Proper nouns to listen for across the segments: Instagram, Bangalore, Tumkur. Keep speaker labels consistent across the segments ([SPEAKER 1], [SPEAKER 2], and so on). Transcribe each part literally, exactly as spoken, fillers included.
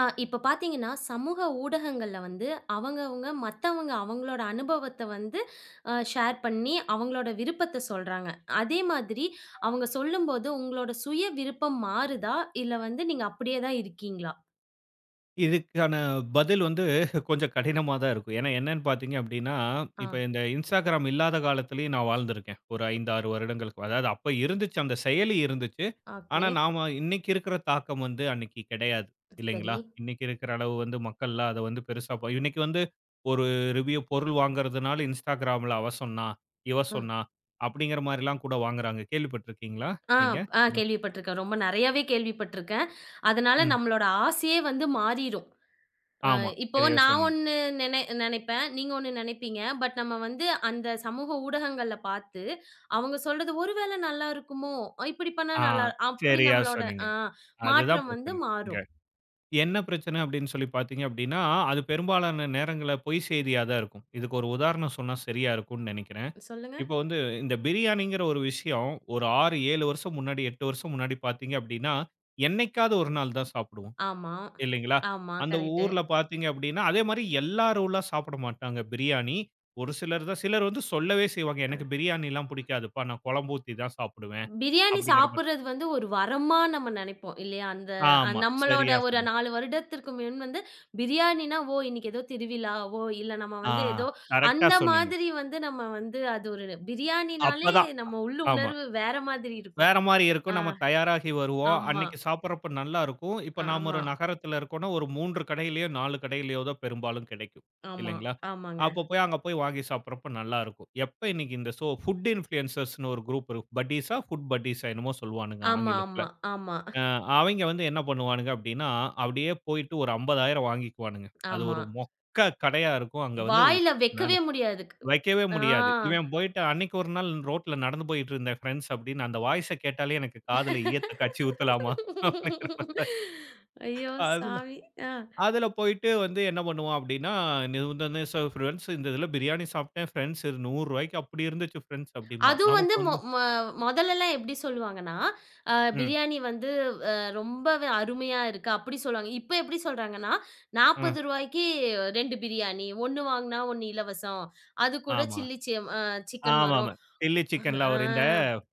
[SPEAKER 1] ஆ, இப்ப பார்த்தீங்கன்னா, சமூக ஊடகங்கள்ல வந்து அவங்கவங்க மத்தவங்க அவங்களோட அனுபவத்த வந்து அ ஷேர் பண்ணி, அவங்களோட விருப்பத்த சொல்றாங்க. அதே மாதிரி அவங்க சொல்லும்போது உங்களோட சுய விருப்பம் மாறுதா? இல்ல வந்து நீங்க அப்படியே தான் இருக்கீங்களா?
[SPEAKER 2] இதுக்கான பதில் வந்து கொஞ்சம் கடினமா தான் இருக்கும். ஏன்னா என்னன்னு பார்த்தீங்க அப்டின்னா,
[SPEAKER 1] ஆ.
[SPEAKER 2] இப்ப இந்த Instagram இல்லாத காலத்திலேயும் நான் வாழ்ந்திருக்கேன். ஒரு ஐந்து, ஆறு வருடங்களுக்கு. அதாவது அப்ப இருந்துச்சு. அந்த செயலி இருந்துச்சு. ஆனா
[SPEAKER 1] ஓகே.
[SPEAKER 2] நாம இன்னைக்கு இருக்கிற தாக்கம் வந்து அன்னைக்கு கிடையாது.
[SPEAKER 1] சரி.
[SPEAKER 2] இல்லைங்களா? இன்னைக்கு இருக்கிற அளவு வந்து மக்கள்லாம் அத வந்து பெருசா ப இன்னைக்கு வந்து ஒரு ரிவ்யூ பொருள் வாங்குறதுனால Instagramல அவ சொன்னா, இவ
[SPEAKER 1] அ.
[SPEAKER 2] சொன்னா அப்டிங்கிற மாரிலாம் கூட வாங்குறாங்க. கேள்விப்பட்டுருக்கீங்களா
[SPEAKER 1] ஆ,
[SPEAKER 2] நீங்க?
[SPEAKER 1] ஆ கேள்விப்பட்டுருக்கேன். ரொம்ப நெறையாவே கேள்விப்பட்டுருக்கேன். அதனால
[SPEAKER 2] ம்.
[SPEAKER 1] நம்மளோட ஆசையே வந்து மாறிரும். அ
[SPEAKER 2] ஆமா.
[SPEAKER 1] இப்போ
[SPEAKER 2] சரியா
[SPEAKER 1] நான்
[SPEAKER 2] சொன்னீங்க.
[SPEAKER 1] ஒண்ணு நினை நினைப்பேன். நீங்க ஒண்ணு நினைப்பீங்க. பட் நம்ம வந்து அந்த சமூக ஊடகங்கள்ல பார்த்து, அவங்க சொல்றது ஒரு வேளை நல்லா இருக்குமோ! அ, இப்படி பண்ணா
[SPEAKER 2] ஆ,
[SPEAKER 1] நல்லா அப்படி
[SPEAKER 2] சரியா
[SPEAKER 1] நம்மளோட
[SPEAKER 2] சொன்னீங்க.
[SPEAKER 1] அ
[SPEAKER 2] அதுதான்
[SPEAKER 1] மாற்றம் வந்து
[SPEAKER 2] பிரச்சனை இங்க.
[SPEAKER 1] மாறும்.
[SPEAKER 2] என்ன பிரச்சனை அப்படின்னு சொல்லி பார்த்தீங்க அப்படின்னா, அது பெரும்பாலான நேரங்கள்ல பொய் செய்தியா தான் இருக்கும். இதுக்கு ஒரு உதாரணம் சொன்னா சரியா இருக்கும்னு நினைக்கிறேன்.
[SPEAKER 1] சொல்லுங்க.
[SPEAKER 2] இப்போ வந்து இந்த பிரியாணிங்கிற ஒரு விஷயம் ஒரு ஆறு, ஏழு வருஷம் முன்னாடி, எட்டு வருஷம் முன்னாடி பார்த்தீங்க அப்படின்னா, என்னைக்காவது ஒரு நாள் தான் சாப்பிடுவோம்
[SPEAKER 1] ஆமா,
[SPEAKER 2] இல்லைங்களா?
[SPEAKER 1] ஆமா.
[SPEAKER 2] அந்த
[SPEAKER 1] கரெக்ட்.
[SPEAKER 2] ஊர்ல பார்த்தீங்க அப்படின்னா, அதே மாரி எல்லாரும்லாம் சாப்பிட மாட்டாங்க பிரியாணி. ஒரு சிலர் தான் சிலர் வந்து சொல்லவே செய்வாங்க, "எனக்கு பிரியாணிலாம் பிடிக்காதுப்பா. நான் குழம்பு ஊத்தி தான் சாப்பிடுவேன்."
[SPEAKER 1] பிரியாணி
[SPEAKER 2] அப்படிங்கிற மாரி.
[SPEAKER 1] சாப்பிடுறது வந்து ஒரு வரமா நம்ம நெனைப்போம் இல்லையா? அந்த அ
[SPEAKER 2] ஆமா,
[SPEAKER 1] நம்மளோட
[SPEAKER 2] சரியா
[SPEAKER 1] ஒரு
[SPEAKER 2] சொன்னீங்க.
[SPEAKER 1] நாலு வருடத்திற்கு முன் வந்து பிரியாணின்னா, ஓ! இன்னைக்கு ஏதோ திருவிழாவோ, இல்ல நம்ம
[SPEAKER 2] ஆ,
[SPEAKER 1] வந்து ஏதோ
[SPEAKER 2] கரெக்ட்டா
[SPEAKER 1] அந்த
[SPEAKER 2] சொன்னீங்க.
[SPEAKER 1] மாதிரி வந்து நம்ம வந்து அது ஒரு பிரியாணினாலே
[SPEAKER 2] அப்பதான்.
[SPEAKER 1] நம்ம உள்ள
[SPEAKER 2] ஆமா.
[SPEAKER 1] உணர்வு வேற மாதிரி இருக்கும்.
[SPEAKER 2] வேற மாரி இருக்கும்.
[SPEAKER 1] ஆ,
[SPEAKER 2] நம்ம தயாராகி வருவோம்.
[SPEAKER 1] ஆமா,
[SPEAKER 2] அன்னைக்கு சாப்பிடுறப்ப நல்லா இருக்கும். இப்ப நாம ஒரு
[SPEAKER 1] ஆமா,
[SPEAKER 2] நகரத்துல இருக்கோம்னா, ஒரு மூன்று கடையிலயோ, நான்கு கடையிலயோ தான் பெரும்பாலும் கிடைக்கும்.
[SPEAKER 1] ஆமா,
[SPEAKER 2] இல்லைங்களா?
[SPEAKER 1] ஆமாங்க.
[SPEAKER 2] அப்ப போய் அங்க போய் வாங்கி சாப்பிடுறப்ப நல்லா இருக்கும். எப்ப இன்னைக்கு இந்த சோ ஃபுட் இன்ஃப்ளூயன்சர்ஸ்ன்னு ஒரு குரூப் இருக்கும். பட்டீஸா, ஃபுட் பட்டீஸா என்னமோ சொல்லுவானுங்க
[SPEAKER 1] ஆமா,
[SPEAKER 2] ஆங்கிலத்துல.
[SPEAKER 1] ஆமா, ஆமா,
[SPEAKER 2] அ, அவைங்க வந்து என்ன பண்ணுவானுங்க அப்டின்னா, அப்படியே போயிட்டு ஒரு ஐம்பதாயிரம் வாங்கிக்குவானுங்க. அது
[SPEAKER 1] ஆமா.
[SPEAKER 2] ஒரு மொக்க கடையா இருக்கும். அங்க வந்து
[SPEAKER 1] வாயில
[SPEAKER 2] நல்
[SPEAKER 1] வைக்கவே முடியாது.
[SPEAKER 2] வைக்கவே
[SPEAKER 1] ஆ.
[SPEAKER 2] முடியாது. இவன் போயிட்டு அன்னைக்கு ஒரு நாள் ரோட்ல நடந்து போயிட்டு இருந்தேன் ஃபிரெண்ட்ஸ் அப்படின்னு அந்த வாய்ஸ கேட்டாலே எனக்கு காதுல ஈயத்த காய்ச்சி ஊத்தலாமா? அப்படிங்கிற மாரி
[SPEAKER 1] ஐயோ!
[SPEAKER 2] அதுல
[SPEAKER 1] சாமி. ஆ.
[SPEAKER 2] அதுல போயிட்டு வந்து என்ன பண்ணுவான் அப்படின்னா, "நீ வந்து சோ ஃபிரெண்ட்ஸ் இந்த இதுல பிரியாணி சாப்பிட்டேன். ஃபிரெண்ட்ஸ் இது ரூ. நூறு அப்படி இருந்துச்சு ஃபிரெண்ட்ஸ்" அப்படிம்பான்.
[SPEAKER 1] அதுவும்
[SPEAKER 2] நமக்கு
[SPEAKER 1] வந்து மொ
[SPEAKER 2] வந்து
[SPEAKER 1] ம மொதல்லலாம் எப்படி சொல்லுவாங்கன்னா, அ
[SPEAKER 2] ம்,
[SPEAKER 1] பிரியாணி வந்து அ ரொம்பவே அருமையா இருக்கு அப்படி சொல்லுவாங்க. இப்ப எப்படி சொல்றாங்கன்னா, ரூ.
[SPEAKER 2] ம்.
[SPEAKER 1] 40க்கு ரெண்டு பிரியாணி. ஒண்ணு வாங்குனா ஒண்ணு இலவசம். அது கூட
[SPEAKER 2] ஆமா,
[SPEAKER 1] சில்லி சி அ சிக்கன் வரும்.
[SPEAKER 2] ஆமாமா. சில்லி சிக்கன்ல
[SPEAKER 1] ஆ
[SPEAKER 2] அவர் இந்த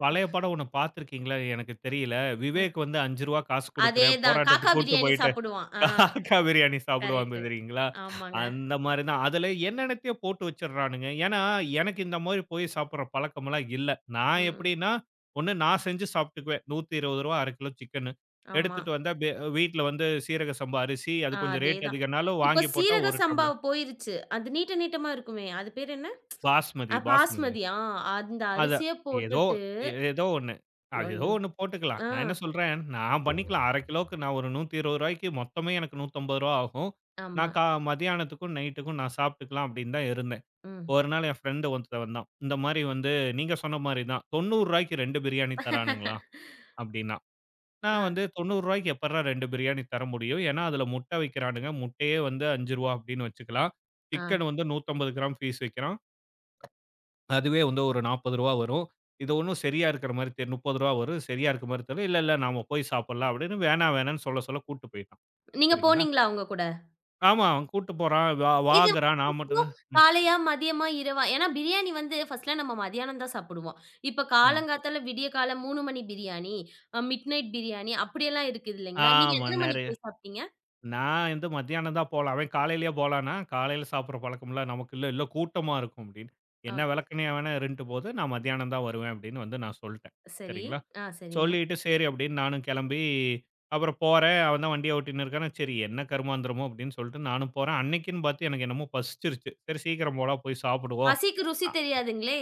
[SPEAKER 2] பழைய படம் ஒண்ணு பார்த்திருக்கீங்களா? எனக்கு தெரியல. விவேக் வந்து ரூ. ஐந்து காசு குடுக்குறேன்
[SPEAKER 1] அதேதான். காக்கா
[SPEAKER 2] போராட்டத்துக்கு கூட்டு
[SPEAKER 1] பிரியாணி
[SPEAKER 2] போயிட்டு
[SPEAKER 1] சாப்பிடுவான். ஆ
[SPEAKER 2] காக்கா பிரியாணி சாப்பிடுவாங்க
[SPEAKER 1] கரெக்ட்டு.
[SPEAKER 2] தெரியுங்களா?
[SPEAKER 1] ஆமாங்க.
[SPEAKER 2] அந்த மாரி தான். அதுல என்னென்னத்தையோ போட்டு வச்சுடுறானுங்க. ஏன்னா, எனக்கு இந்த மாரி போய் சாப்பிடுற பழக்கமெல்லாம் இல்ல. நான்
[SPEAKER 1] ம்.
[SPEAKER 2] எப்படின்னா, ஒண்ணு நான் செஞ்சு சாப்பிட்டுக்குவேன். ரூ. நூற்று இருபது ஒரு கிலோ சிக்கனு.
[SPEAKER 1] ஆமா.
[SPEAKER 2] எடுத்துட்டு வந்தா பெ வீட்ல வந்து சீரக சம்பா அரிசி, அது
[SPEAKER 1] ஆ
[SPEAKER 2] கொஞ்சம் ரேட்
[SPEAKER 1] அதேதான்.
[SPEAKER 2] அதிகம்னாலும்
[SPEAKER 1] இப்போ
[SPEAKER 2] வாங்கி போட்டா
[SPEAKER 1] சீரக
[SPEAKER 2] ஒரு
[SPEAKER 1] சம்பா
[SPEAKER 2] டம்ளர்
[SPEAKER 1] போயிருச்சு. அது நீட்ட நீட்டமா இருக்குமே. அது பேர் என்ன?
[SPEAKER 2] பாஸ்மதி,
[SPEAKER 1] அ
[SPEAKER 2] பாஸ்மதி.
[SPEAKER 1] பாஸ்மதி. ஆ அந்த
[SPEAKER 2] அதான்.
[SPEAKER 1] அரிசிய
[SPEAKER 2] ஏதோ
[SPEAKER 1] போட்டுட்டு
[SPEAKER 2] ஏதோ ஒண்ணு. அது ஏதோ
[SPEAKER 1] ஐயோ!
[SPEAKER 2] ஒண்ணு போட்டுக்கலாம்.
[SPEAKER 1] ஆ.
[SPEAKER 2] நான் என்ன சொல்றேன், நான் பண்ணிக்கலாம். அரை கிலோவுக்கு நான் ஒரு ரூ. 120க்கு மொத்தமே எனக்கு ரூ. நூற்றி ஐம்பது ஆகும்.
[SPEAKER 1] ஆமா.
[SPEAKER 2] நான் கா மதியானத்துக்கும், நைட்டுக்கும் நான் சாப்பிட்டுக்கலாம் அப்படின்னு தான் இருந்தேன்.
[SPEAKER 1] ம்.
[SPEAKER 2] ஒரு நாள் என் ஃப்ரெண்ட் ஒருத்தன் வந்தான். இந்த மாரி வந்து நீங்க சொன்ன மாரி தான். ரூ. 90க்கு இரண்டு பிரியாணி தரானுங்களாம் அப்படின்னான்.
[SPEAKER 1] ஆ,
[SPEAKER 2] நான் வந்து ரூ. 90க்கு எப்புட்றா இரண்டு பிரியாணி தர முடியும்? ஏன்னா அதுல முட்டை விக்கிறானுங்க. முட்டையே வந்து ரூ. ஐந்து அப்படின்னு வச்சுக்கலாம்.
[SPEAKER 1] ஆ.
[SPEAKER 2] சிக்கன் வந்து நூற்றி ஐம்பது கிராம் பீஸ் விக்கிறான். அதுவே வந்து ஒரு ரூ. நாற்பது வரும். இது ஒண்ணும் சரியா இருக்கிற மாரி தெ ரூ. முப்பது வரும். சரியா இருக்க மாரி தெரியல. இல்ல, இல்ல நாம போய் சாப்பிடலாம் அப்படின்னு வேணாம், வேணாம்ன்னு சொல்ல, சொல்ல கூட்டு போயிட்டான்.
[SPEAKER 1] நீங்க
[SPEAKER 2] சரிங்களா?
[SPEAKER 1] போனீங்களா அவங்க கூட?
[SPEAKER 2] ஆமா. அவன் கூட்டு போறான். வா
[SPEAKER 1] இது வந்து
[SPEAKER 2] வாங்குறான். நான் மட்டும்
[SPEAKER 1] இப்போ
[SPEAKER 2] தான் ம்,
[SPEAKER 1] காலையா, மதியமா, இரவா? ஏன்னா பிரியாணி வந்து ஃபர்ஸ்ட்லாம் நம்ம மதியானம் தான் சாப்பிடுவோம். இப்ப
[SPEAKER 2] ம்.
[SPEAKER 1] காலங்காத்தால விடியகாலை மூணு மணி பிரியாணி, அ மிட் நைட் பிரியாணி அப்படியெல்லாம் இருக்குது இல்லைங்களா? நீங்க
[SPEAKER 2] ஆமா.
[SPEAKER 1] எத்தன மணிக்கு
[SPEAKER 2] நெறைய
[SPEAKER 1] போய் சாப்பிட்டீங்க?
[SPEAKER 2] நான் வந்து மத்தியானம் தான் போலாம். அவன் காலையிலேயே போலான்னா, காலையில சாப்பிடுற பழக்கம்லாம் நமக்கு இல்ல. இல்ல கூட்டமா இருக்கும் அப்படின்னு.
[SPEAKER 1] ஆ
[SPEAKER 2] என்ன விளக்கணையா வேணா இருந்துட்டு போது. நான் மத்தியானம் தான் வருவேன் அப்படின்னு வந்து நான் சொல்ட்டேன்.
[SPEAKER 1] சரி.
[SPEAKER 2] சரிங்களா?
[SPEAKER 1] ஆ சரிங்க.
[SPEAKER 2] சொல்லிட்டு சரி அப்படின்னு நானும் கிளம்பி, அப்புறம் போறேன். அவன் தான் வண்டிய ஓட்டின்னு இருக்கான். சரி என்ன கருமாந்திரமோ அப்படின்னு சொல்லிட்டு நானும் போறேன். அன்னைக்குன்னு பார்த்து எனக்கு என்னமோ பசிச்சிருச்சு. சரி சீக்கிரம் போடா போய் சாப்பிடுவோம்.
[SPEAKER 1] பசிக்கு ருசி
[SPEAKER 2] அ.
[SPEAKER 1] தெரியாதுங்களே!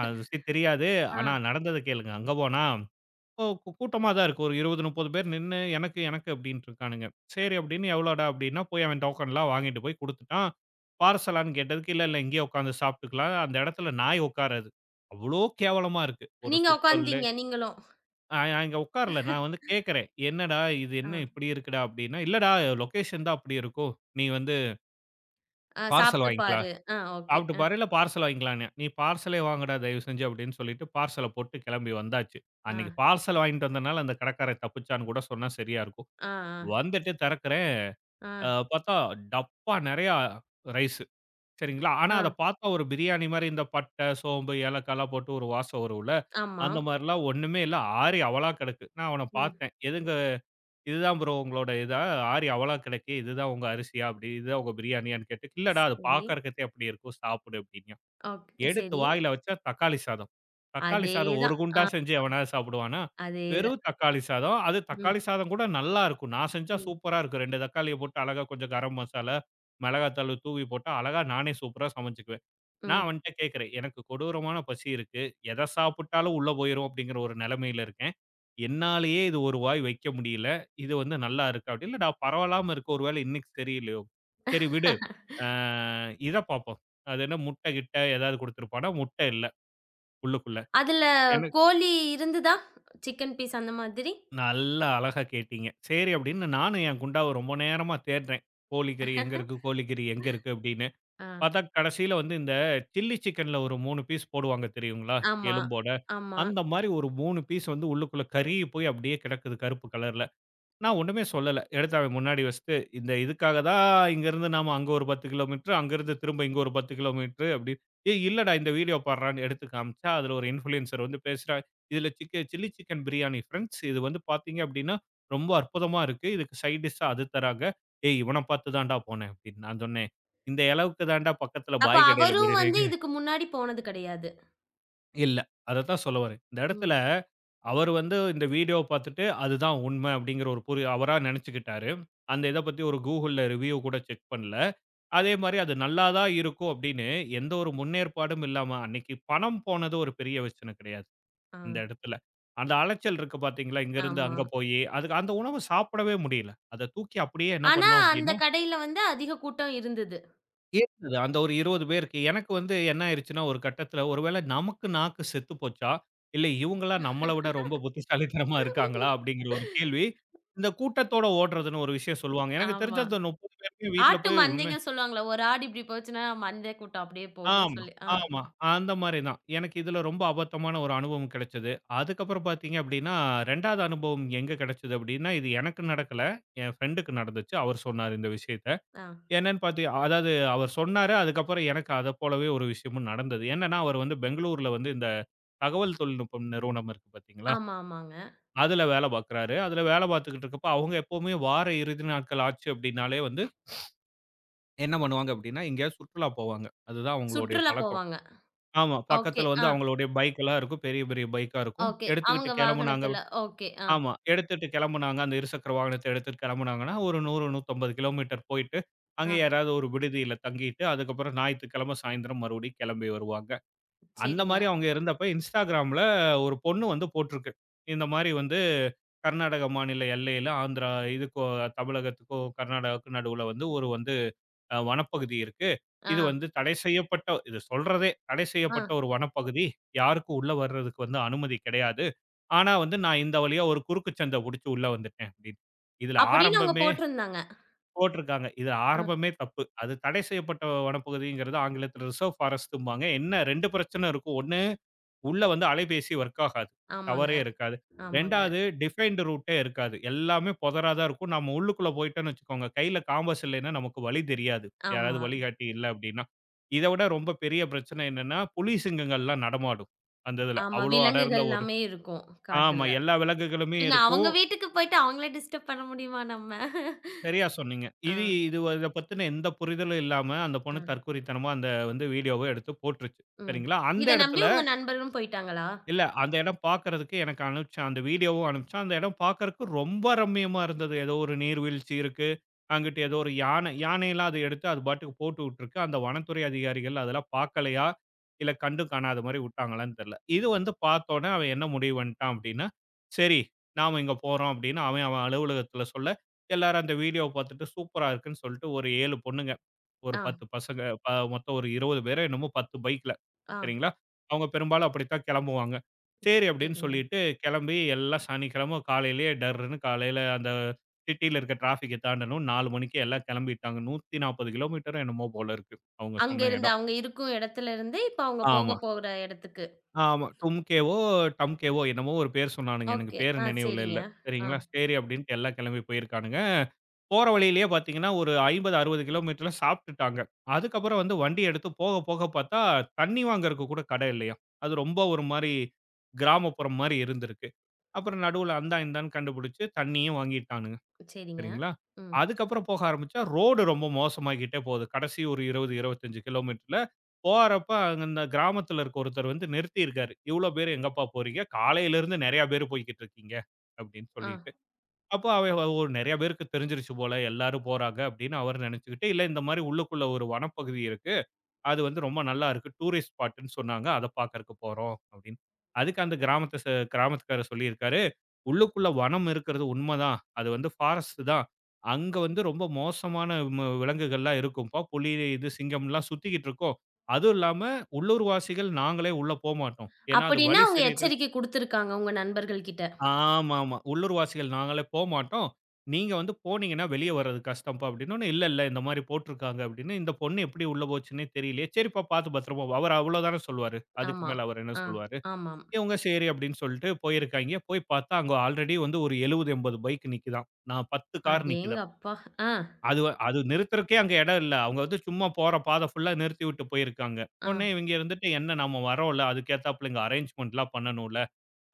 [SPEAKER 2] அது ருசி தெரியாது.
[SPEAKER 1] ஆ
[SPEAKER 2] ஆனா நடந்தத கேளுங்க. அங்க போனா ஓ கூட்டமா தான் இருக்கு. ஒரு இருபது, முப்பது பேர் நின்னு எனக்கு எனக்கு அப்படின்ட்டு இருக்கானுங்க. சரி அப்படின்னு எவ்வளோடா அப்படின்னா போய் அவன் டோக்கன்லாம் வாங்கிட்டு போய் குடுத்துட்டான். பார்சலான்னு கேட்டதுக்கு இல்ல இல்ல இங்கேயே உட்காந்து சாப்பிட்டுக்கலாம். அந்த இடத்துல நாய் உட்காராது. அவ்வளோ கேவலமா இருக்கு. ஒரு
[SPEAKER 1] நீங்க
[SPEAKER 2] சுத்தல்
[SPEAKER 1] உட்கார்ந்தீங்க நீங்களும்.
[SPEAKER 2] ஆ நான் இங்க உட்காரல. நான் வந்து கேட்கிறேன். "என்னடா இது
[SPEAKER 1] ஆ,
[SPEAKER 2] என்ன இப்படி இருக்குடா?" அப்படின்னா, "இல்லடா லொகேஷன் தான் அப்படி இருக்கும். நீ வந்து
[SPEAKER 1] ஆ
[SPEAKER 2] பார்சல்
[SPEAKER 1] சாப்பிட்டு
[SPEAKER 2] வாங்கிக்கலாம்.
[SPEAKER 1] பாரு. ஆ ஓகே.
[SPEAKER 2] சாப்பிட்டு
[SPEAKER 1] அ,
[SPEAKER 2] பாரு, இல்ல பார்சல் வாங்கிக்கலாம்ன்னேன்." "நீ பார்சலே வாங்குடா தயவு செஞ்சு" அப்படின்னு சொல்லிட்டு பார்சல போட்டு கிளம்பி வந்தாச்சு.
[SPEAKER 1] ஆ,
[SPEAKER 2] அன்னைக்கு பார்சல் வாங்கிட்டு வந்தனால அந்த கடைக்காரன் தப்பிச்சான்னு கூட சொன்னா சரியா இருக்கும்.
[SPEAKER 1] ஆ,
[SPEAKER 2] வந்துட்டு திறக்கிறேன்,
[SPEAKER 1] ஆ, ஆ,
[SPEAKER 2] அ பார்த்தா டப்பா நெறையா ரைஸ் சரிங்களா? ஆனா
[SPEAKER 1] ஆ.
[SPEAKER 2] அத பார்த்தா ஒரு பிரியாணி மாரி இந்த பட்டை, சோம்பு, ஏலக்காய்லாம் போட்டு ஒரு வாசம் வரும்ல,
[SPEAKER 1] ஆமா.
[SPEAKER 2] அந்த மாரிலாம் ஒண்ணுமே இல்ல. ஆறி அவலா கிடக்கு. நான் அவன
[SPEAKER 1] ம்.
[SPEAKER 2] பார்த்தேன். "எதுங்க இதுதான் ப்ரோ உங்களோட இதா? ஆரி அவலா கிடக்கு. இதுதான் உங்க அரிசியா? அப்படி இதுதான் உங்க பிரியாணியான்னு கேட்டு, இல்லடா அது
[SPEAKER 1] சரி.
[SPEAKER 2] பார்க்கறதுக்கே அப்படி இருக்கும். சாப்பிடு அப்படின்யான்.
[SPEAKER 1] ஓகே.
[SPEAKER 2] எடுத்து
[SPEAKER 1] சரி.
[SPEAKER 2] வாயில வச்சா தக்காளி சாதம். தக்காளி சாதம் ஒரு
[SPEAKER 1] அதேதான். ஆ
[SPEAKER 2] குண்டா செஞ்சு எவனாவது சாப்பிடுவானா? வெறும்
[SPEAKER 1] அதேதான்.
[SPEAKER 2] தக்காளி சாதம். அது
[SPEAKER 1] ம்,
[SPEAKER 2] தக்காளி சாதம் கூட நல்லா இருக்கும். நான் செஞ்சா
[SPEAKER 1] ம்,
[SPEAKER 2] சூப்பரா இருக்கும். இரண்டு தக்காளிய போட்டு அழகா கொஞ்சம் கரம் மசாலா, மிளகாய்த்தூள் தூவி போட்டா அழகா நானே சூப்பரா சமைச்சுக்குவேன். நான்
[SPEAKER 1] ம்.
[SPEAKER 2] அவன்ட்ட கேட்கிறேன். எனக்கு கொடூரமான பசி இருக்கு. எத சாப்பிட்டாலும் உள்ள போயிரும் அப்படிங்கிற ஒரு நிலைமையில இருக்கேன். என்னாலேயே இது ஒரு வாய் வைக்க முடியல. இது வந்து நல்லா இருக்கு அப்படின்னு. நான் பரவலாம இருக்கு. ஒரு வேளை இன்னைக்கு சரியில்லையோ! சரி விடு. ஆ இத பார்ப்போம். அது என்ன முட்டை கிட்ட ஏதாவது குடுத்துருப்பானா, முட்டை இல்ல உள்ளுக்குள்ள.
[SPEAKER 1] அதுல
[SPEAKER 2] எனக்கு
[SPEAKER 1] கோழி இருந்ததா? சிக்கன் பீஸ் அந்த மாதிரி?
[SPEAKER 2] நல்லா அழகா கேட்டீங்க. சரி அப்படின்னு நானும் என் குண்டாவ ரொம்ப நேரமா தேடுறேன். கோழிக்கறி எங்க இருக்கு? கோழிக்கறி எங்க இருக்கு? அப்படின்னு.
[SPEAKER 1] ஆ.
[SPEAKER 2] பார்த்தா கடைசியில வந்து இந்த சில்லி சிக்கன்ல ஒரு மூன்று பீஸ் போடுவாங்க தெரியுங்களா?
[SPEAKER 1] ஆமா,
[SPEAKER 2] எலும்போட.
[SPEAKER 1] ஆமா.
[SPEAKER 2] அந்த மாரி ஒரு மூன்று பீஸ் வந்து உள்ளுக்குள்ள கருகி போய் அப்படியே கிடக்குது கருப்பு கலர்ல. நான் ஒண்ணுமே சொல்லல. எடுத்து அவன் முன்னாடி வச்சுட்டு, இந்த இதுக்காக தான் இங்கருந்து நாம அங்க ஒரு பத்து கிலோமீட்டர், அங்கருந்து திரும்ப இங்க ஒரு பத்து கிலோமீட்டர் அப்படி. ஏய் இல்லடா இந்த வீடியோ பார்றான்னு எடுத்து காமிச்சா, அதுல ஒரு இன்ஃப்ளூயன்சர் வந்து பேசுறான். இதுல சிக்க சில்லி சிக்கன் பிரியாணி ஃபிரெண்ட்ஸ். இது வந்து பார்த்தீங்க அப்படின்னா, ரொம்ப அற்புதமா இருக்கு. இதுக்கு சைட் டிஷ்ஷா அது தராங்க. ஏய் இவன பார்த்து தான்டா போனேன் அப்படின்னு நான் சொன்னேன். இந்த அளவுக்கு தான்டா பக்கத்துல
[SPEAKER 1] அப்ப
[SPEAKER 2] பாய் கடையில
[SPEAKER 1] அவரும் வந்து
[SPEAKER 2] பிரியாணி
[SPEAKER 1] இதுக்கு முன்னாடி போனது கிடையாது.
[SPEAKER 2] இல்ல. அதத்தான் சொல்ல வரேன். இந்த
[SPEAKER 1] ம்.
[SPEAKER 2] இடத்துல அவர் வந்து இந்த வீடியோ பார்த்துட்டு, அதுதான் உண்மை அப்படிங்கிற ஒரு புரி அவரா நினைச்சுக்கிட்டாரு. அந்த இத பத்தி ஒரு Googleல ரிவ்யூ கூட செக் பண்ணல. அதே மாரி அது நல்லா தான் இருக்கும் அப்படின்னு எந்த ஒரு முன்னேற்பாடும் இல்லாம அன்னைக்கு பணம் போனது ஒரு பெரிய பிரச்சனை கிடையாது,
[SPEAKER 1] ஆ.
[SPEAKER 2] அந்த இடத்துல. அந்த அலைச்சல் இருக்கு பார்த்தீங்களா? இங்கருந்து அங்க
[SPEAKER 1] ஆமாம்.
[SPEAKER 2] போயி, அதுக்கு அந்த உணவு சாப்பிடவே முடியல. அத தூக்கி அப்படியே என்ன
[SPEAKER 1] ஆனா
[SPEAKER 2] பண்ணோம்
[SPEAKER 1] அந்த
[SPEAKER 2] அப்படின்னா
[SPEAKER 1] கடையில வந்து அதிக கூட்டம் இருந்தது.
[SPEAKER 2] இருந்தது. அந்த ஒரு இருபது பேருக்கு. எனக்கு வந்து என்ன ஆயிருச்சுன்னா, ஒரு கட்டத்தில ஒருவேள நமக்கு நாக்கு செத்து போச்சா? இல்ல இவங்களா நம்மள விட ரொம்ப புத்திசாலித்தனமா இருக்காங்களா? அப்படிங்கிற ஒரு கேள்வி. இந்த கூட்டத்தோட ஓடுறதுன்னு ஒரு விஷயம் சொல்லுவாங்க. எனக்கு தெரிஞ்சு
[SPEAKER 1] ஆமா.
[SPEAKER 2] அந்த முப்பது பேருமே வீட்ல
[SPEAKER 1] ஆட்டு
[SPEAKER 2] போய் உண்மை
[SPEAKER 1] மந்தைங்க சொல்லுவாங்கல்ல. ஒரு ஆடு இப்படி போச்சுன்னா மந்தை கூட்டம் அப்படியே போகும்
[SPEAKER 2] ஆமா,
[SPEAKER 1] சொல்லி. ஆ,
[SPEAKER 2] ஆமா. அந்த மாரி தான். எனக்கு இதுல ரொம்ப அபத்தமான ஒரு அனுபவம் கிடைச்சது. அதுக்கப்புறம் பார்த்தீங்க அப்படின்னா, 2வது அனுபவம் எங்க கிடைச்சது அப்படின்னா, இது எனக்கு நடக்கல. என் ஃப்ரெண்டுக்கு நடந்துச்சு. அவர் சொன்னாரு இந்த விஷயத்த.
[SPEAKER 1] ஆ.
[SPEAKER 2] என்னன்னு பாத்து அதாவது அவர் சொன்னாரு. அதுக்கப்புறம் எனக்கு அத போலவே ஒரு விஷயமும் நடந்தது. என்னன்னா, அவர் வந்து பெங்களூர்ல வந்து இந்த தகவல் தொழில்நுட்பம் நிறுவனம் இருக்கு பாத்தீங்களா?
[SPEAKER 1] ஆமா, ஆமாங்க.
[SPEAKER 2] அதுல வேல பாக்குறாரு. அதுல வேல பாத்துக்கிட்டு இருக்கப்ப, அவங்க எப்பவுமே வார இறுதி நாட்கள் ஆச்சு அப்படின்னாலே வந்து என்ன பண்ணுவாங்க அப்படின்னா, எங்கேயாவது சுற்றுலா போவாங்க. அதுதான் அவங்களுடைய
[SPEAKER 1] சுற்றுலா
[SPEAKER 2] பழக்கம்.
[SPEAKER 1] போவாங்க.
[SPEAKER 2] ஆமா.
[SPEAKER 1] ஓகே.
[SPEAKER 2] பக்கத்துல வந்து
[SPEAKER 1] ஆ,
[SPEAKER 2] அவங்களுடைய பைக் எல்லாம் இருக்கும். பெரிய பெரிய பைக்கா இருக்கும்.
[SPEAKER 1] ஓகே.
[SPEAKER 2] எடுத்துக்கிட்டு
[SPEAKER 1] அவங்க
[SPEAKER 2] கெளம்புனாங்க
[SPEAKER 1] வாகனத்துல. ஓகே. ஆ,
[SPEAKER 2] ஆமா. எடுத்துட்டு கெளம்புனாங்க. அந்த இருசக்கர வாகனத்த எடுத்துட்டு கெளம்புனாங்கன்னா, ஒரு நூறு, நூற்றி ஐம்பது கிலோமீட்டர் போயிட்டு, அங்க
[SPEAKER 1] ஆ.
[SPEAKER 2] யாராவது ஒரு விடுதியில தங்கிட்டு, அதுக்கப்புறம் ஞாயித்துக்கிழமை சாயந்தரம் மறுபடியும் கெளம்பி வருவாங்க. அந்த
[SPEAKER 1] சரிங்க.
[SPEAKER 2] மாரி அவங்க இருந்தப்ப Instagramல ஒரு பொண்ணு வந்து போட்டிருக்கு. இந்த மாரி வந்து கர்நாடக மாநில எல்லையில ஆந்திரா இதுக்கோ தமிழகத்துக்கோ, கர்நாடகாவுக்கும் நடுவுல வந்து ஒரு வந்து அ வனப்பகுதி இருக்கு. இது
[SPEAKER 1] ஆ,
[SPEAKER 2] வந்து தடை செய்யப்பட்ட இது சொல்றதே தடை
[SPEAKER 1] ஆ.
[SPEAKER 2] செய்யப்பட்ட ஒரு வனப்பகுதி. யாருக்கும் உள்ள வர்றதுக்கு வந்து அனுமதி கிடையாது. ஆனா வந்து, நான் இந்த வழியா ஒரு குறுக்கு சந்த புடிச்சு உள்ள வந்துட்டேன் அப்படின்னு. இதுல
[SPEAKER 1] அப்படின்னு அவங்க
[SPEAKER 2] ஆரம்பமே
[SPEAKER 1] போட்டிருந்தாங்க.
[SPEAKER 2] போட்டிருக்காங்க. இதுல
[SPEAKER 1] ம்.
[SPEAKER 2] ஆரம்பமே தப்பு. அது தடை செய்யப்பட்ட வனப்பகுதிங்கிறது ஆங்கிலத்தில ரிசர்வ் ஃபாரஸ்ட்ம்பாங்க. என்ன இரண்டு பிரச்சனை இருக்கும். ஒன்று உள்ள வந்து அலைபேசி வொர்க் ஆகாது.
[SPEAKER 1] ஆமாங்க,
[SPEAKER 2] டவரே இருக்காது.
[SPEAKER 1] ஆமாங்க.
[SPEAKER 2] 2வது டிஃபைன்ட் ரூட்டே இருக்காது. எல்லாமே புதரா தான் இருக்கும். நம்ம உள்ளுக்குள்ள போயிட்டோம்னு வச்சுக்கோங்க, கையில காம்பஸ் இல்லைன்னா நமக்கு வழி தெரியாது. யாராவது
[SPEAKER 1] ஆமா,
[SPEAKER 2] வழிகாட்டி இல்ல அப்படின்னா. இத விட ரொம்ப பெரிய பிரச்சனை என்னன்னா, புலி சிங்கங்கள்லாம் நடமாடும். அந்த இதுல.
[SPEAKER 1] ஆமா.
[SPEAKER 2] அவ்வளோ அடர்ந்த
[SPEAKER 1] விலங்குகள்
[SPEAKER 2] ஒரு
[SPEAKER 1] எல்லாமே இருக்கும்
[SPEAKER 2] ஆமா.
[SPEAKER 1] காட்டுல.
[SPEAKER 2] எல்லா விலங்குகளுமே
[SPEAKER 1] பின்ன
[SPEAKER 2] இருக்கும்.
[SPEAKER 1] அவங்க வீட்டுக்கு போயிட்டு அவங்கள டிஸ்டர்ப் பண்ண முடியுமா நம்ம?
[SPEAKER 2] சரியா சொன்னீங்க.
[SPEAKER 1] ஆ,
[SPEAKER 2] இது இது இத பத்தின எந்த புரிதலும் இல்லாம, அந்த
[SPEAKER 1] ஆ.
[SPEAKER 2] பொண்ணு தற்குறித்தனமா அந்த வந்து வீடியோவ எடுத்து போட்டுருச்சு.
[SPEAKER 1] ம்.
[SPEAKER 2] சரிங்களா? அந்த
[SPEAKER 1] இத நம்பி
[SPEAKER 2] இடத்துல
[SPEAKER 1] உங்க நண்பரும் போயிட்டாங்களா?
[SPEAKER 2] இல்ல. அந்த இடம் பார்க்கறதுக்கு எனக்கு அனுப்பிச்சான். அந்த வீடியோவும் அனுப்பிச்சான். அந்த இடம் பார்க்கறக்கு ரொம்ப ரம்மியமா இருந்தது. ஏதோ ஒரு நீர்வீழ்ச்சி இருக்கு. அங்கிட்டு ஏதோ ஒரு யானை யானையெல்லாம் அது எடுத்து அது பாட்டுக்கு போட்டு விட்டுருக்கு. அந்த வனத்துறை அதிகாரிகள் அதெல்லாம் பார்க்கலையா? இல்ல கண்டும் காணாத மாரி விட்டாங்களான்னு தெரியல. இது வந்து பார்த்தோனே அவன் என்ன முடிவு பண்ணிட்டான் அப்டின்னா, சரி நாம இங்க போறோம் அப்டின்னு அவன் அவன் அலுவலகத்துல சொல்ல, எல்லாரும் அந்த வீடியோவ பார்த்துட்டு சூப்பரா இருக்குன்னு சொல்லிட்டு ஒரு ஏழு பொண்ணுங்க ஒரு
[SPEAKER 1] ஆ,
[SPEAKER 2] பத்து பசங்க ப மொத்தம் ஒரு இருபது பேரோ என்னமோ பத்து பைக்ல.
[SPEAKER 1] ஆ.
[SPEAKER 2] சரிங்களா? அவங்க பெரும்பாலும் அப்படித்தான் கெளம்புவாங்க. சரி அப்படின்னு
[SPEAKER 1] சரிங்க.
[SPEAKER 2] சொல்லிட்டு கெளம்பி எல்லாம் சனிக்கிழமை காலையிலேயே டர்ருன்னு காலையில அந்த சிட்டியில இருக்க டிராஃபிக்க தாண்டணும். நான்கு மணிக்கு எல்லாம் கெளம்பிட்டாங்க. நூற்று நாற்பது கிலோமீட்டரோ என்னமோ போல இருக்கு. அவங்க
[SPEAKER 1] அங்க
[SPEAKER 2] சொன்ன
[SPEAKER 1] இருந்து
[SPEAKER 2] இடம்.
[SPEAKER 1] அவங்க இருக்கும் இடத்துல இருந்து இப்ப அவங்க
[SPEAKER 2] ஆமா.
[SPEAKER 1] போக போற இடத்துக்கு.
[SPEAKER 2] ஆமா. டும்கேவோ, டம்கேவோ என்னமோ ஒரு பேர் சொன்னானுங்க. எனக்கு
[SPEAKER 1] ஓகே.
[SPEAKER 2] பேரு
[SPEAKER 1] ஆ
[SPEAKER 2] நினைவுல இல்ல.
[SPEAKER 1] சரிங்க. ஆ
[SPEAKER 2] சரிங்களா, சரி அப்டின்ட்டு எல்லாம் கிளம்பி போயிருக்கானுங்க. போற வழியிலேயே பார்த்தீங்கன்னா, ஒரு ஐம்பது, அறுபது கிலோமீட்டர்ல சாப்ட்டுட்டாங்க. அதுக்கப்புறம் வந்து வண்டி எடுத்து போக போக பார்த்தா, தண்ணி வாங்குறக்கு கூட கடை இல்லையாம். அது ரொம்ப ஒரு மாரி கிராமப்புறம் மாரி இருந்திருக்கு. அப்புறம் நடுவுல அந்தா, இந்தான்னு கண்டுபிடிச்சு தண்ணியும் வாங்கிட்டானுங்க.
[SPEAKER 1] சரிங்க.
[SPEAKER 2] சரிங்களா?
[SPEAKER 1] ம்.
[SPEAKER 2] அதுக்கப்புறம் போக ஆரம்பிச்சா, ரோடு ரொம்ப மோசமாகிட்டே போகுது. கடைசி ஒரு இருபது, இருபத்தி ஐந்து கிலோமீட்டர்ல போறப்ப அந்த கிராமத்தில இருக்க ஒருத்தர் வந்து நிறுத்தியிருக்காரு. "இவ்ளோ பேர் எங்கப்பா போறீங்க? காலையிலருந்து நெறைய பேர் போய்க்கிட்டு இருக்கீங்க." அப்படின்னு
[SPEAKER 1] ஆ.
[SPEAKER 2] சொல்லிட்டு. அப்போ அவன் ஒரு நெறைய பேருக்கு தெரிஞ்சிருச்சு போல எல்லாரும் போறாங்க அப்படின்னு அவர் நெனைச்சுக்கிட்டு, இல்ல இந்த மாரி உள்ளுக்குள்ள ஒரு வனப்பகுதி இருக்கு. அது வந்து ரொம்ப நல்லா இருக்கு. டூரிஸ்ட் ஸ்பாட்டுன்னு சொன்னாங்க. அத பார்க்கறக்கு போறோம் அப்படின்னு. அதுக்கு அந்த கிராமத்த ச கிராமத்துக்காரர் சொல்லியிருக்காரு. உள்ளுக்குள்ள வனம் இருக்கிறது உண்மதான். அது வந்து ஃபாரஸ்ட் தான். அங்க வந்து ரொம்ப மோசமான ம விலங்குகள்லாம் இருக்கும்பா. புலி, இது சிங்கம்லாம் சுத்திக்கிட்டு இருக்கும். அதுவும் இல்லாம உள்ளூர்வாசிகள் நாங்களே உள்ள போமாட்டோம். ஏன்னா அது
[SPEAKER 1] அப்படின்னா
[SPEAKER 2] வழி
[SPEAKER 1] அவங்க
[SPEAKER 2] சரி
[SPEAKER 1] எச்சரிக்கை குடுத்திருக்காங்க உங்க நண்பர்கள் கிட்ட.
[SPEAKER 2] ஆமாமா. உள்ளூர்வாசிகள் நாங்களே போமாட்டோம். நீங்க வந்து போனீங்கன்னா, வெளிய வர்றது கஷ்டம்ப்பா அப்டின்னோனே, இல்ல, இல்ல இந்த மாரி போட்டுருக்காங்க அப்டின்னு. இந்த பொண்ணு எப்படி உள்ள போச்சுன்னே தெரியலையே. சரிப்பா பார்த்து பத்திரமா வா. அவரு அவ்ளோ தான சொல்லுவாரு. அதுக்கு
[SPEAKER 1] ஆமா.
[SPEAKER 2] மேல அவரு என்ன
[SPEAKER 1] ஆ.
[SPEAKER 2] சொல்லுவாரு?
[SPEAKER 1] ஆமாம்.
[SPEAKER 2] இவங்க சரி அப்டின்னு சொல்ட்டு போயிருக்காய்ங்க. போய் பார்த்தா, அங்க ஆல்ரெடி வந்து ஒரு எழுபது, எண்பது பைக் நிக்குதாம். நான் பத்து கார் நிக்குதாம்.
[SPEAKER 1] அடேங்கப்பா! ஆ,
[SPEAKER 2] அது வ- அது நிறுத்துறக்கே அங்க இடம் இல்ல. அவங்க வந்து சும்மா போற பாதை ஃபுல்லா நிறுத்திவிட்டு போயிருக்காங்க.
[SPEAKER 1] ஆ,
[SPEAKER 2] உடனே இவங்க இருந்துட்டு, என்ன நம்ம வரோம்ல, அதுக்கேத்தாப்புல இங்க அரேஞ்ச்மென்ட்லாம் பண்ணணும்ல.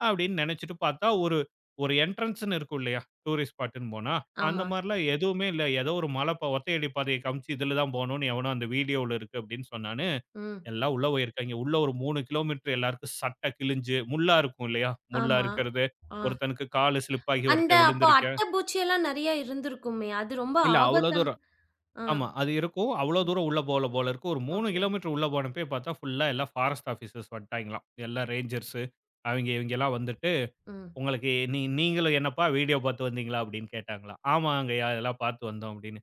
[SPEAKER 2] அப்படின்னு நினைச்சுட்டு பார்த்தா, ஒரு ஒரு என்ட்ரன்ஸ்ன்னு இருக்கும் இல்லையா? டூரிஸ்ட் ஸ்பாட்டுன்னு போனா, அந்த
[SPEAKER 1] ஆமா.
[SPEAKER 2] மாரிலாம் எதுவுமே இல்ல. ஏதோ ஒரு மலை ப ஒத்தையடி பாதைய காமிச்சு, "இதுல தான் போணும்னு" எவனோ அந்த வீடியோவுல இருக்கு அப்படின்னு சொன்னான்னு,
[SPEAKER 1] ம்.
[SPEAKER 2] எல்லாம் உள்ள போயிருக்காய்ங்க. உள்ள ஒரு மூன்று கிலோமீட்டர் எல்லாருக்கும் சட்டை கிழிஞ்சு, முள்ளா இருக்கும் இல்லையா? முள்ளா
[SPEAKER 1] ஆமா.
[SPEAKER 2] இருக்கிறது.
[SPEAKER 1] ஆ.
[SPEAKER 2] ஒருத்தனுக்கு காலு ஸ்லிப் ஆகி
[SPEAKER 1] அந்த
[SPEAKER 2] ஒருத்தன்
[SPEAKER 1] அப்போ
[SPEAKER 2] விழுந்திருக்கான்.
[SPEAKER 1] அட்டை, பூச்சி எல்லாம் நெறைய இருந்திருக்குமே! அது ரொம்ப
[SPEAKER 2] இல்ல, அவ்வளோ
[SPEAKER 1] ஆபத்தான
[SPEAKER 2] தூரம்.
[SPEAKER 1] ஆ.
[SPEAKER 2] ஆமா. அது இருக்கும். அவ்வளோ
[SPEAKER 1] ம்.
[SPEAKER 2] தூரம் உள்ள போகல போல இருக்கு. ஒரு மூன்று
[SPEAKER 1] ஓகே.
[SPEAKER 2] கிலோமீட்டர் உள்ள போனப்பயே பார்த்தா, ஃபுல்லா எல்லாம் ஃபாரஸ்ட் ஆஃபீசர்ஸ் வந்துட்டாய்ங்களாம். எல்லாம் ரேஞ்சர்ஸு, அவைங்க இவைங்கலாம் வந்துட்டு
[SPEAKER 1] ம்.
[SPEAKER 2] உங்களுக்கு "நீ நீங்களும் என்னப்பா வீடியோ பார்த்து வந்தீங்களா?" அப்படின்னு கேட்டாங்களாம். "ஆமாங்கய்யா, இதெல்லாம் பார்த்து வந்தோம்" அப்படின்னு.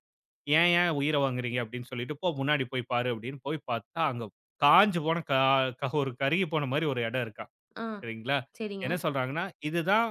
[SPEAKER 2] "ஏன் ஏன் உயிர வாங்குறீங்க?" அப்படின்னு சொல்லிட்டு, "போ முன்னாடி போய் பாரு" அப்படின்னு போய் பார்த்தா, அங்க காய்ஞ்சு போன கா க ஒரு கருகி போன மாரி ஒரு இடம் இருக்காம்.
[SPEAKER 1] ஆ.
[SPEAKER 2] சரிங்களா?
[SPEAKER 1] சரிங்க.
[SPEAKER 2] என்ன சொல்றாங்கன்னா, "இதுதான்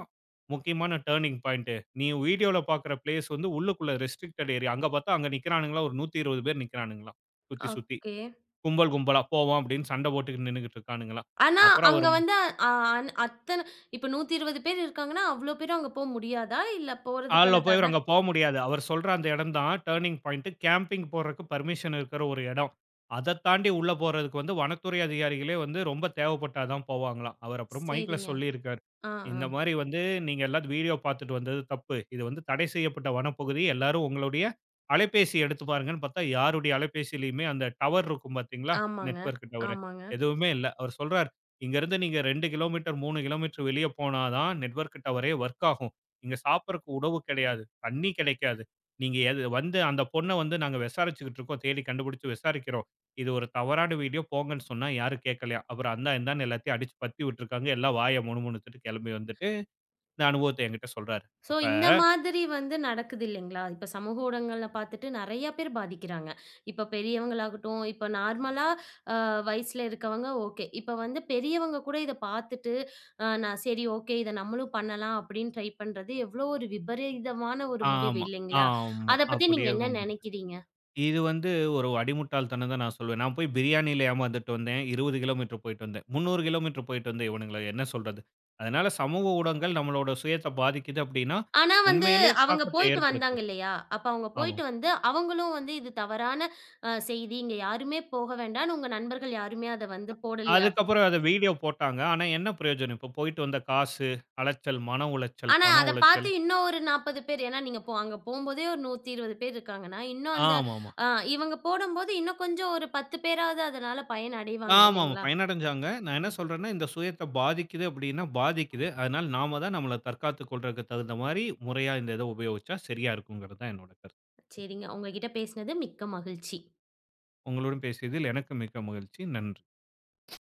[SPEAKER 2] முக்கியமான டர்னிங் பாயிண்ட்டு. நீ வீடியோல பார்க்குற பிளேஸ் வந்து உள்ளுக்குள்ள ரெஸ்ட்ரிக்டட் ஏரியா." அங்க பார்த்தா அங்க நிக்கிறானுங்களாம் ஒரு நூற்று இருபது பேர் நிக்கிறானுங்களாம். சுத்தி சுத்தி.
[SPEAKER 1] ஓகே.
[SPEAKER 2] கும்பல் கும்பலா. போவோம் அப்படின்னு சண்டை போட்டுக்கிட்டு நின்னுகிட்டு இருக்கானுங்களாம்.
[SPEAKER 1] ஆனா,
[SPEAKER 2] அப்புறம்
[SPEAKER 1] அங்க
[SPEAKER 2] அவரு
[SPEAKER 1] வந்து அ அன் அத்தன இப்ப நூத்தி இருபது பேர் இருக்காங்கன்னா, அவ்ளோ பேரும் அங்க போ முடியாதா? இல்ல
[SPEAKER 2] கால்ல
[SPEAKER 1] போறதுக்கான
[SPEAKER 2] போய்
[SPEAKER 1] தட
[SPEAKER 2] அங்க போ முடியாது. அவர் சொல்ற அந்த இடம் தான் டர்னிங் பாயிண்ட். கேம்பிங் போறதுக்கு பெர்மிஷன் இருக்கிற ஒரு இடம். அத தாண்டி உள்ள போறதுக்கு வந்து வனத்துறை அதிகாரிகளே வந்து ரொம்ப தேவைப்பட்டா தான் போவாங்களாம். அவர் அப்புறம் மைக்ல
[SPEAKER 1] சரிங்க.
[SPEAKER 2] சொல்லியிருக்காரு.
[SPEAKER 1] ஆ, ஆ.
[SPEAKER 2] இந்த மாரி வந்து நீங்க எல்லாரும் வீடியோ பார்த்துட்டு வந்தது தப்பு. இது வந்து தடை செய்யப்பட்ட வனப்பகுதி. எல்லாரும் உங்களுடைய அலைபேசி எடுத்து பாருங்கன்னு பார்த்தா, யாருடைய அலைபேசியிலயுமே அந்த டவர் இருக்கும் பார்த்தீங்களா?
[SPEAKER 1] ஆமாங்க,
[SPEAKER 2] நெட்வொர்க் டவரு.
[SPEAKER 1] ஆமாங்க.
[SPEAKER 2] எதுவுமே இல்ல. அவர் சொல்றாரு, இங்கருந்து நீங்க இரண்டு கிலோமீட்டர், மூன்று கிலோமீட்டர் வெளிய போனா தான் நெட்வொர்க் டவரே வொர்க் ஆகும். இங்க சாப்பிடறக்கு உணவு கிடையாது. தண்ணி கிடைக்காது. நீங்க எது வந்து அந்த பொண்ண வந்து நாங்க விசாரிச்சுக்கிட்டு இருக்கோம். தேடி கண்டுபிடிச்சு விசாரிக்கிறோம். இது ஒரு தவறான வீடியோ போங்கன்னு சொன்னா யாரும் கேட்கலையாம். அப்புறம் அந்தா, இந்தான்னு எல்லாத்தையும் அடிச்சு பத்தி விட்டுருக்காங்க. எல்லாம் வாய முணுமுணுத்துட்டு கிளம்பி வந்துட்டு, இந்த அனுபவத்த என்கிட்ட சொல்றாரு.
[SPEAKER 1] ஸோ,
[SPEAKER 2] அப்ப
[SPEAKER 1] இந்த மாதிரி வந்து நடக்குது இல்லைங்களா? இப்ப சமூக ஊடகங்கள்ல பார்த்துட்டு நெறைய பேர் பாதிக்கிறாங்க. இப்ப பெரியவங்களாகட்டும், இப்ப நார்மலா வயசுல இருக்கவங்க ஓகே. இப்ப வந்து பெரியவங்க கூட இத பார்த்துட்டு, அ நான் சரி ஓகே இத நம்மளும் பண்ணலாம் அப்படின்னு ட்ரை பண்றது எவ்ளோ ஒரு விபரீதமான ஒரு முடிவு
[SPEAKER 2] ஆமா,
[SPEAKER 1] இல்லைங்களா?
[SPEAKER 2] ஆமா.
[SPEAKER 1] அத பத்தி நீங்க
[SPEAKER 2] அப்படியே
[SPEAKER 1] என்ன நெனைக்கிறீங்க?
[SPEAKER 2] இது வந்து ஒரு அடிமுட்டாள்தனம் தான் நான் சொல்வேன். நான் போய் பிரியாணியில ஏமாந்துட்டு வந்தேன். இருபது கிலோமீட்டர் போயிட்டு வந்தேன். முந்நூறு கிலோமீட்டர் போயிட்டு வந்தேன் இவனுங்கள என்ன சொல்றது? அதனால சமூக ஊடகங்கள் நம்மளோட சுயத்த பாதிக்குது அப்படின்னா,
[SPEAKER 1] ஆனா வந்து
[SPEAKER 2] உண்மையிலே
[SPEAKER 1] அவங்க
[SPEAKER 2] தாக்கத்த
[SPEAKER 1] போயிட்டு வந்தாங்க
[SPEAKER 2] ஏற்படுத்துது.
[SPEAKER 1] இல்லையா? அப்ப அவங்க
[SPEAKER 2] ஆமா.
[SPEAKER 1] போயிட்டு வந்து அவங்களும் வந்து இது தவறான அ செய்தி, இங்க யாருமே போக வேண்டான்னு உங்க நண்பர்கள் யாருமே அத வந்து போடலையா?
[SPEAKER 2] அதுக்கப்புறம் அத வீடியோ போட்டாங்க. ஆனா என்ன பிரயோஜனம்? இப்போ போயிட்டு வந்த காசு, அலைச்சல், மன உளைச்சல்,
[SPEAKER 1] ஆனா,
[SPEAKER 2] பண
[SPEAKER 1] அத பார்த்து
[SPEAKER 2] உளைச்சல்.
[SPEAKER 1] இன்னும் ஒரு நாப்பது பேர் ஏன்னா நீங்க போ அங்க போம்போதே ஒரு நூத்தி இருபது பேர் இருக்காங்கன்னா, இன்னும் அந்த
[SPEAKER 2] ஆமாமா.
[SPEAKER 1] அ இவங்க போடும்போது இன்னும் கொஞ்சம் ஒரு பத்து பேராவது அதனால பயன் அடைவாங்க
[SPEAKER 2] ஆமாமா.
[SPEAKER 1] இல்லைங்களா?
[SPEAKER 2] பயனடைஞ்சாங்க. நான் என்ன
[SPEAKER 1] ம்.
[SPEAKER 2] சொல்றேன்னா, இந்த சுயத்த பாதிக்குது அப்படின்னா பாதிக்குது. அதனால நாம தான் நம்மள தற்காத்துக் கொள்றதுக்கு தகுந்த மாரி முறையா இந்த இத உபயோகிச்சா சரியா இருக்குங்கிறது தான் என்னோட கருத்து.
[SPEAKER 1] சரிங்க. உங்க கிட்ட பேசினது மிக்க மகிழ்ச்சி.
[SPEAKER 2] உங்களுடன் பேசியதில் எனக்கு மிக்க மகிழ்ச்சி. நன்றி.